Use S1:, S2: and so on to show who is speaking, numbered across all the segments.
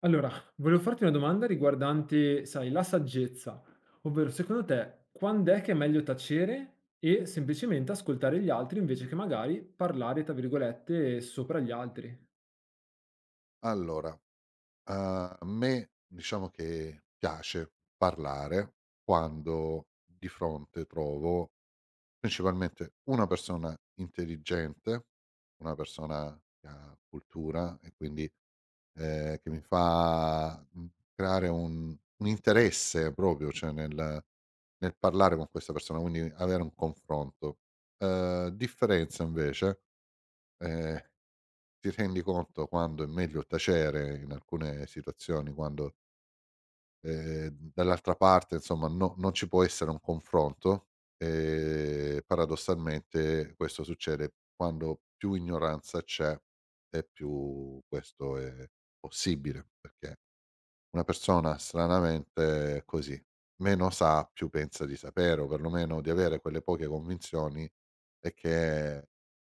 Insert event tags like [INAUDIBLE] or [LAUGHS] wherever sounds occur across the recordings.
S1: Allora, volevo farti una domanda riguardante, sai, la saggezza, ovvero secondo te quand'è che è meglio tacere e semplicemente ascoltare gli altri invece che magari parlare, tra virgolette, sopra gli altri?
S2: Allora, a me diciamo che piace parlare quando di fronte trovo principalmente una persona intelligente, una persona che ha cultura e quindi, che mi fa, creare un interesse proprio, cioè nel parlare con questa persona, quindi avere un confronto. Differenza invece, ehm ti rendi conto quando è meglio tacere in alcune situazioni, quando, dall'altra parte insomma no non ci può essere un confronto. Paradossalmente questo succede quando più ignoranza c'è e più questo è possibile, perché una persona stranamente è così: meno sa più pensa di sapere, o perlomeno di avere quelle poche convinzioni e che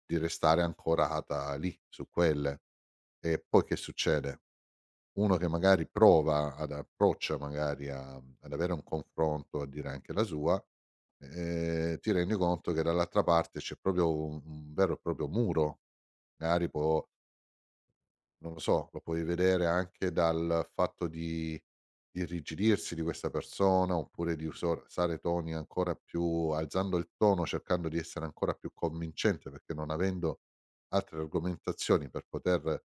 S2: di restare ancorata lì, su quelle. E poi che succede? Uno che magari prova ad approccia magari a ad avere un confronto, a dire anche la sua, ti rendi conto che dall'altra parte c'è proprio un vero e proprio muro. Magari può, non lo so, lo puoi vedere anche dal fatto di irrigidirsi di questa persona, oppure di uso sare toni ancora più, alzando il tono, cercando di essere ancora più convincente, perché non avendo altre argomentazioni per poter,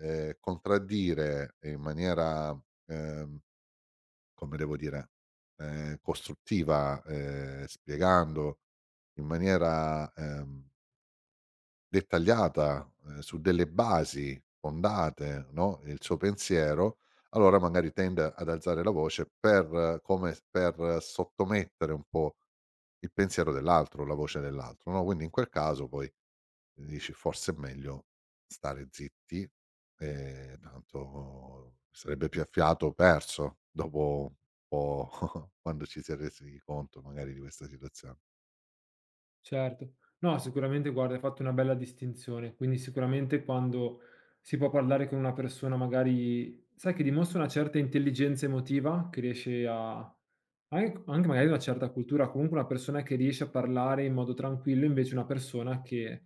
S2: contraddire in maniera, ehm, come devo dire, costruttiva, spiegando in maniera dettagliata, su delle basi fondate, no, il suo pensiero, allora magari tende ad alzare la voce per come s per sottomettere un po' il pensiero dell'altro, la voce dell'altro, no. Quindi in quel caso poi dici: "Forse è meglio stare zitti, tanto sarebbe più a fiato perso dopo un po' [LAUGHS] quando ci si è resi conto magari di questa situazione."
S1: Certo. No, sicuramente guarda, hai fatto una bella distinzione, quindi sicuramente quando si può parlare con una persona magari, sai, che dimostra una certa intelligenza emotiva, che riesce a anche magari una certa cultura, comunque una persona che riesce a parlare in modo tranquillo, invece una persona che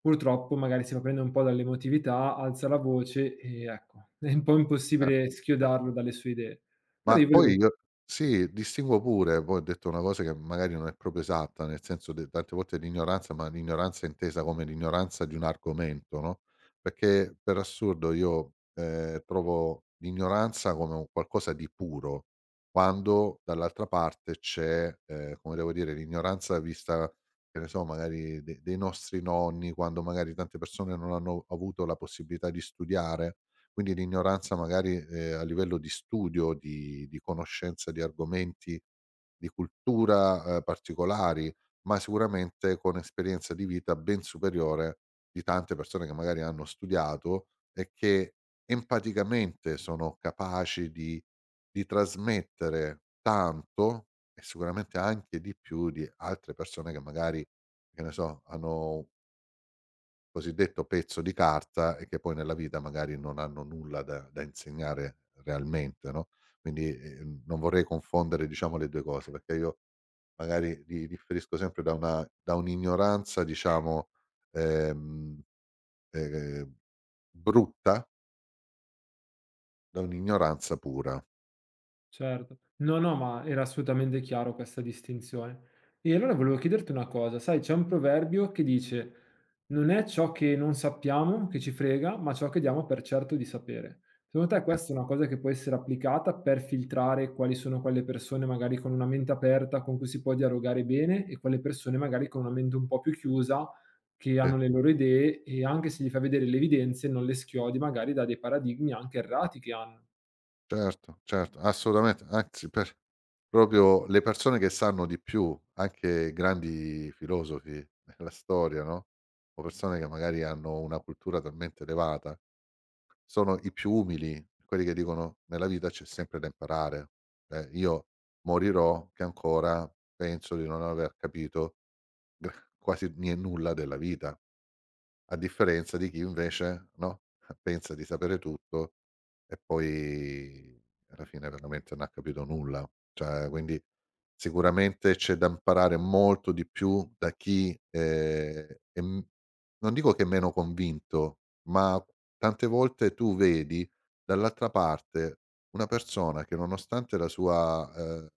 S1: purtroppo magari si fa prendere un po' dall'emotività, alza la voce e ecco, [LAUGHS] è un po'
S2: Eh,
S1: impossibile
S2: eh.
S1: schiodarlo dalle sue idee. Allora
S2: Ma
S1: io volevo.
S2: poi io, sì, distingo pure. Poi ho detto una cosa che magari non è proprio esatta, nel senso de tante volte l'ignoranza, ma l'ignoranza intesa come l'ignoranza di un argomento, no, perché per assurdo io, trovo l'ignoranza come un qualcosa di puro, quando dall'altra parte c'è, come devo dire, l'ignoranza vista, che ne so, magari de dei nostri nonni, quando magari tante persone non hanno avuto la possibilità di studiare, quindi l'ignoranza magari, a livello di studio, di conoscenza di argomenti, di cultura, particolari, ma sicuramente con esperienza di vita ben superiore di tante persone che magari hanno studiato e che empaticamente sono capaci di trasmettere tanto, e sicuramente anche di più di altre persone che magari, che ne so, hanno cosiddetto pezzo di carta e che poi nella vita magari non hanno nulla da insegnare realmente, no. Quindi, non vorrei confondere diciamo le 2 cose, perché io magari li differisco sempre da un'ignoranza diciamo, ehm, ehm, brutta, da un'ignoranza pura.
S1: Certo. No, no, ma era assolutamente chiaro questa distinzione. E allora volevo chiederti una cosa, sai, c'è un proverbio che dice: "Non è ciò che non sappiamo che ci frega, ma ciò che diamo per certo di sapere". Secondo te
S2: Eh,
S1: questa è una cosa che può essere applicata per filtrare quali sono quelle persone magari con una mente aperta con cui si può dialogare bene e quelle persone magari con una mente un po' più chiusa che
S2: sì.
S1: hanno le loro idee e anche se gli fai vedere le evidenze non le schiodi magari da dei paradigmi anche errati che hanno?
S2: Certo, certo, assolutamente. Anzi, per proprio le persone che sanno di più, anche grandi filosofi della storia, no, o persone che magari hanno una cultura talmente elevata, sono i più umili, quelli che dicono: "Nella vita c'è sempre da imparare". Cioè, io morirò che ancora penso di non aver capito [LAUGHS] gr quasi nie nulla della vita. A differenza di chi invece, no, [LAUGHS] pensa di sapere tutto e poi alla fine veramente non ha capito nulla. Cioè, quindi sicuramente c'è da imparare molto di più da chi, è m non dico che è meno convinto, ma tante volte tu vedi dall'altra parte una persona che, nonostante la sua, ehm,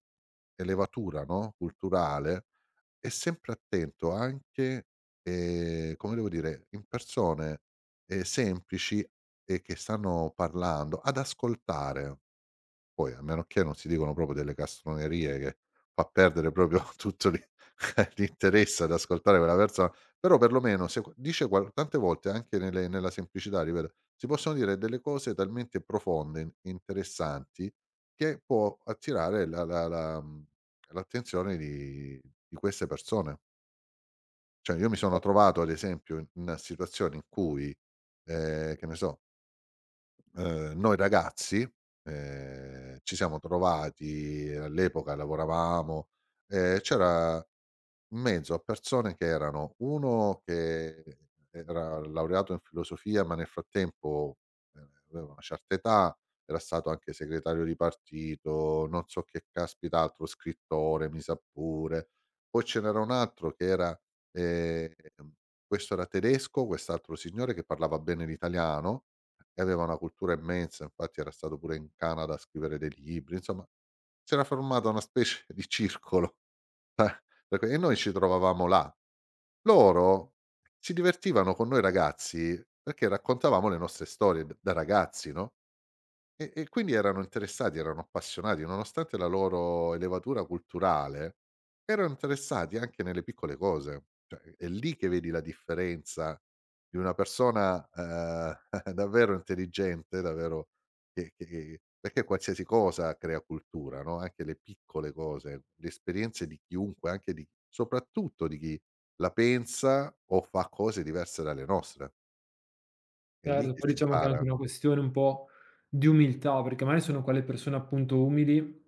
S2: elevatura, no, culturale, e sempre attento anche, come devo dire, in persone, semplici e che stanno parlando, ad ascoltare. Poi, a meno che non si dicono proprio delle castronerie che fa perdere proprio [LAUGHS] tutto l'in [LAUGHS] l'interesse ad ascoltare quella persona, però perlomeno se dice qual tante volte anche nelle nella semplicità, ripeto, si possono dire delle cose talmente profonde, in interessanti, che può attirare la l'attenzione di queste persone. Cioè, io mi sono trovato ad esempio in situazioni in cui, che ne so, noi ragazzi, ci siamo trovati all'epoca lavoravamo, c'era in mezzo a persone che erano uno che era laureato in filosofia, ma nel frattempo, aveva una certa età, era stato anche segretario di partito, non so che caspita altro, scrittore mi sa pure. Poi ce n'era un altro che era, ehm, questo era tedesco, quest'altro signore che parlava bene l'italiano e aveva una cultura immensa, infatti era stato pure in Canada a scrivere dei libri. Insomma, s'era formata una specie di circolo [LAUGHS] eh, perché e noi ci trovavamo là. Loro si divertivano con noi ragazzi perché raccontavamo le nostre storie d da ragazzi, no? E quindi erano interessati, erano appassionati, nonostante la loro elevatura culturale, erano interessati anche nelle piccole cose. Cioè, è lì che vedi la differenza di una persona, [LAUGHS] davvero intelligente, davvero, che perché qualsiasi cosa crea cultura, no, anche le piccole cose, le esperienze di chiunque, anche di, soprattutto di chi la pensa o fa cose diverse dalle nostre. È lì
S1: Certo,
S2: che
S1: poi
S2: si
S1: diciamo che è anche
S2: impara.
S1: una questione un po' di umiltà, perché magari sono quelle persone appunto umili,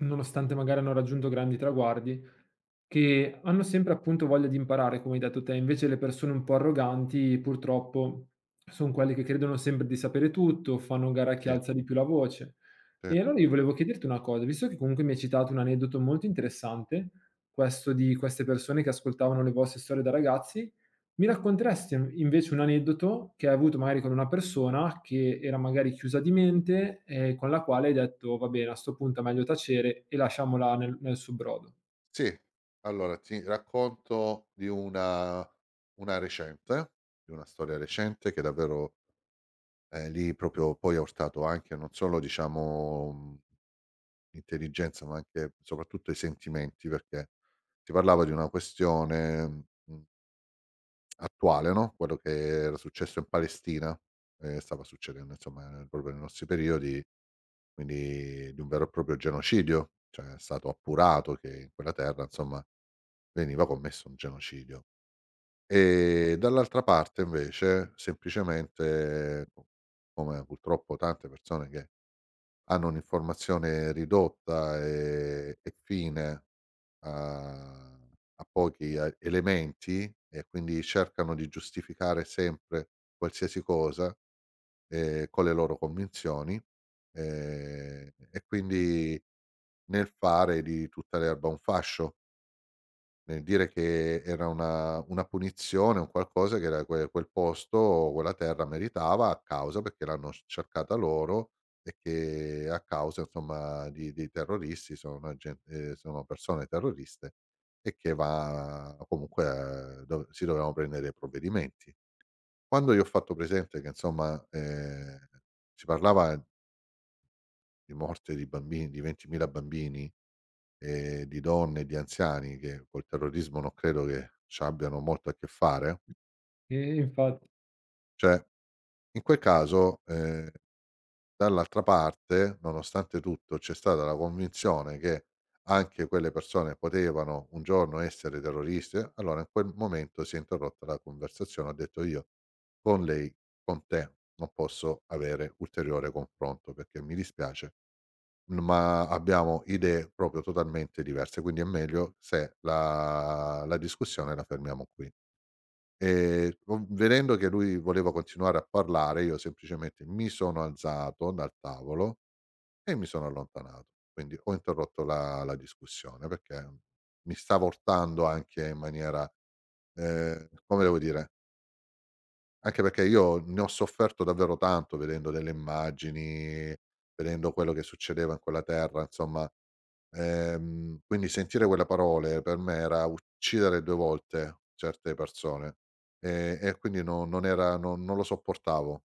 S1: nonostante magari hanno raggiunto grandi traguardi, che hanno sempre appunto voglia di imparare, come hai detto te. Invece le persone un po' arroganti, purtroppo, sono quelle che credono sempre di sapere tutto, fanno gara a chi
S2: Sì,
S1: alza di più la voce.
S2: sì.
S1: E allora io volevo chiederti una cosa, visto che comunque mi hai citato un aneddoto molto interessante, questo di queste persone che ascoltavano le vostre storie da ragazzi, mi racconteresti invece un aneddoto che hai avuto magari con una persona che era magari chiusa di mente e con la quale hai detto: "Va bene, a 'sto punto è meglio tacere e lasciamola nel suo brodo."
S2: Sì, allora ti racconto di una recente, di una storia recente che davvero, lì proprio poi ha urtato anche non solo diciamo, l'intelligenza ma anche soprattutto i sentimenti, perché si parlava di una questione, mhmm, attuale, no, quello che era successo in Palestina, stava succedendo insomma, proprio nei nostri periodi, quindi di un vero e proprio genocidio, cioè è stato appurato che in quella terra insomma veniva commesso un genocidio. E dall'altra parte invece semplicemente, co come purtroppo tante persone che hanno un'informazione ridotta e fine a pochi a elementi e quindi cercano di giustificare sempre qualsiasi cosa, con le loro convinzioni, e quindi nel fare di tutta l'erba un fascio. Nel dire che era una punizione, un qualcosa che era quel posto o quella terra meritava a causa perché l'hanno sc cercata loro e che a causa insomma di terroristi, sono una gen sono persone terroriste, e che va comunque, dov si dovevano prendere dei provvedimenti. Quando gli ho fatto presente che insomma, si parlava di morte di bambini, di 20.000 bambini, di donne e di anziani che col terrorismo non credo che c'abbiano molto a che fare,
S1: Infatti,
S2: cioè in quel caso, dall'altra parte, nonostante tutto, c'è stata la convinzione che anche quelle persone potevano un giorno essere terroriste. Allora in quel momento si è interrotta la conversazione, ho detto io con lei: con te non posso avere ulteriore confronto perché mi dispiace, ma abbiamo idee proprio totalmente diverse, quindi è meglio se la discussione la fermiamo qui. Con Vedendo che lui voleva continuare a parlare, io semplicemente mi sono alzato dal tavolo e mi sono allontanato. Quindi ho interrotto la discussione perché mi stava urtando anche in maniera, come devo dire, anche perché io ne ho sofferto davvero tanto vedendo delle immagini, vedendo quello che succedeva in quella terra, insomma. Quindi sentire quelle parole per me era uccidere 2 volte certe persone, e quindi no non era, non lo sopportavo.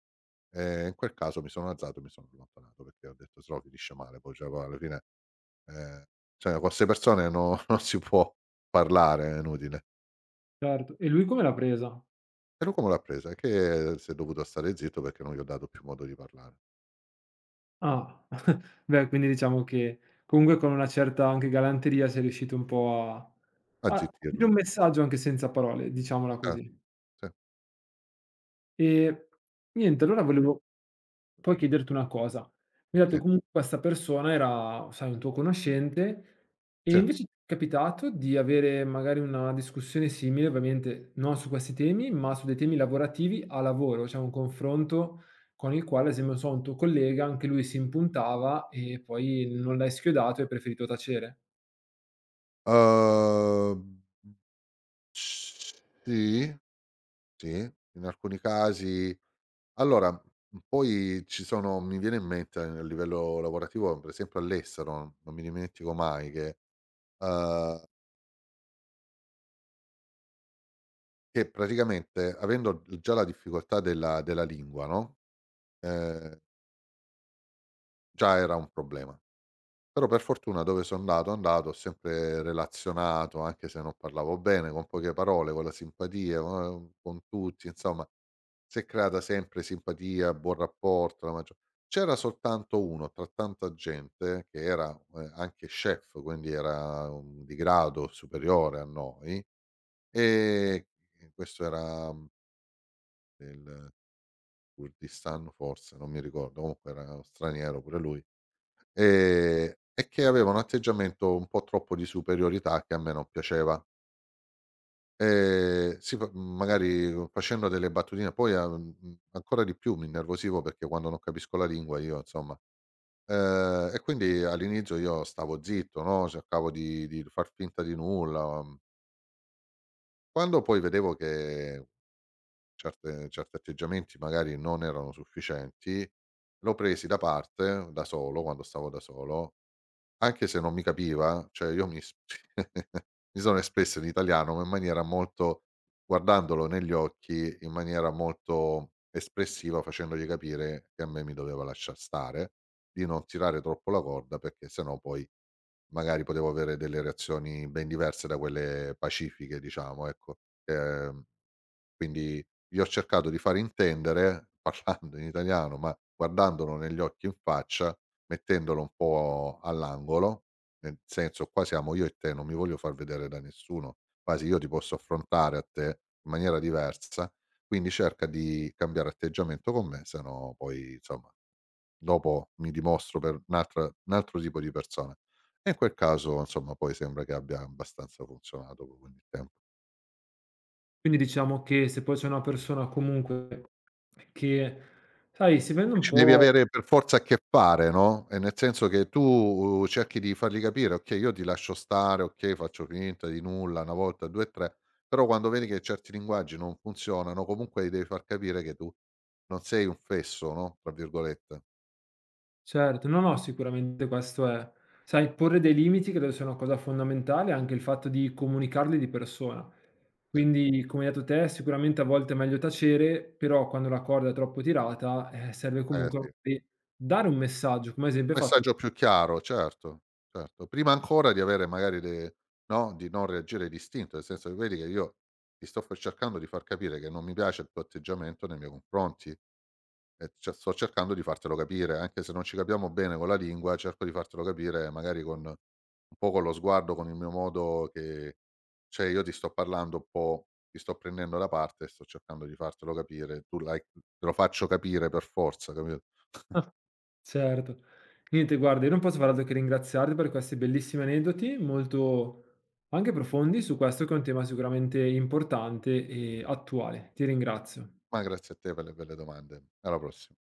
S2: In quel caso mi sono alzato e mi sono allontanato perché ho detto: "Se no finisce male poi, cioè poi alla fine, ehm, cioè con 'ste persone no [LAUGHS] non si può parlare, è inutile".
S1: certo. E lui come l'ha presa?
S2: E lui come l'ha presa? Che si è dovuto stare zitto perché non gli ho dato più modo di parlare.
S1: Ah, [LAUGHS] beh, quindi diciamo che comunque con una certa anche galanteria sei riuscito un po' a a dire un
S2: Azzittirlo.
S1: messaggio anche senza parole, diciamola
S2: Eh,
S1: così.
S2: sì,
S1: Ehm, niente, allora volevo poi chiederti una cosa. Mi hai
S2: sì,
S1: detto che comunque questa persona era, sai, un tuo conoscente e
S2: sì.
S1: invece ti è capitato di avere magari una discussione simile, ovviamente non su questi temi, ma su dei temi lavorativi a lavoro, cioè un confronto con il quale, ad esempio, non so, un tuo collega, anche lui si impuntava e poi non l'hai schiodato e hai preferito tacere.
S2: Uhm, sì. Sì, in alcuni casi allora, poi ci sono, mi viene in mente a livello lavorativo, per esempio all'estero, non mi dimentico mai che, uhm, che praticamente avendo già la difficoltà della lingua, no, ehm, già era un problema. Però per fortuna dove so andato, andato, ho sempre relazionato, anche se non parlavo bene, con poche parole, con la simpatia, co con tutti, insomma, si è creata sempre simpatia, buon rapporto, la maggio, c'era soltanto uno tra tanta gente che era, anche chef, quindi era un di grado superiore a noi, e e questo era, del Kurdistan forse, non mi ricordo, comunque era straniero pure lui. E che aveva un atteggiamento un po' troppo di superiorità che a me non piaceva. Si fa, magari facendo delle battutine poi a, ancora di più mi innervosivo perché quando non capisco la lingua io insomma, e quindi all'inizio io stavo zitto, no, cercavo di far finta di nulla. Mhmm, Quando poi vedevo che certe certi atteggiamenti magari non erano sufficienti, lo presi da parte da solo, quando stavo da solo. Anche se non mi capiva, cioè io mi s [LAUGHS] mi sono espresso in italiano, ma in maniera molto, guardandolo negli occhi, in maniera molto espressiva, facendogli capire che a me mi doveva lasciar stare, di non tirare troppo la corda perché se no poi magari potevo avere delle reazioni ben diverse da quelle pacifiche, diciamo, ecco. Ehm, quindi gli ho cercato di far intendere, [LAUGHS] parlando in italiano, ma guardandolo negli occhi in faccia, mettendolo un po' all'angolo, nel senso: qua siamo io e te, non mi voglio far vedere da nessuno, quasi io ti posso affrontare a te in maniera diversa, quindi cerca di cambiare atteggiamento con me, se no poi insomma dopo mi dimostro per un altro tipo di persona. E in quel caso, insomma, poi sembra che abbia abbastanza funzionato co con il tempo.
S1: Quindi diciamo che se poi c'è una persona comunque che, sai, si vende un
S2: Ci devi
S1: po'.
S2: avere per forza a che fare, no, nel senso che tu, cerchi di fargli capire: "Okay, io ti lascio stare, okay, faccio finta di nulla, 1 volta, 2 e 3", però quando vedi che certi linguaggi non funzionano, comunque gli devi far capire che tu non sei un "fesso", no, tra virgolette.
S1: Certo, no, no, sicuramente questo è. Sai, porre dei limiti credo sia una cosa fondamentale, anche il fatto di comunicarli di persona.
S2: Sì,
S1: Quindi, come hai detto te, sicuramente a volte è meglio tacere, però quando la corda è troppo tirata, serve
S2: eh
S1: comunque
S2: sì.
S1: magari dare un messaggio, come ad esempio hai fatto.
S2: Messaggio più chiaro, certo, certo. Prima ancora di avere magari le no, di non reagire d'istinto, nel senso che vedi che io ti sto f cercando di far capire che non mi piace il tuo atteggiamento nei miei confronti. E cioè sto cercando di fartelo capire, anche se non ci capiamo bene con la lingua, cerco di fartelo capire magari con un po', con lo sguardo, con il mio modo, che cioè io ti sto parlando un po', ti sto prendendo da parte e sto cercando di fartelo capire, tu l'hai te lo faccio capire per forza, capito?
S1: [LAUGHS] Certo. Niente, guarda, io non posso far altro che ringraziarti per questi bellissimi aneddoti, molto anche profondi su questo che è un tema sicuramente importante e attuale. Ti ringrazio.
S2: Ma grazie a te per le belle domande. Alla prossima.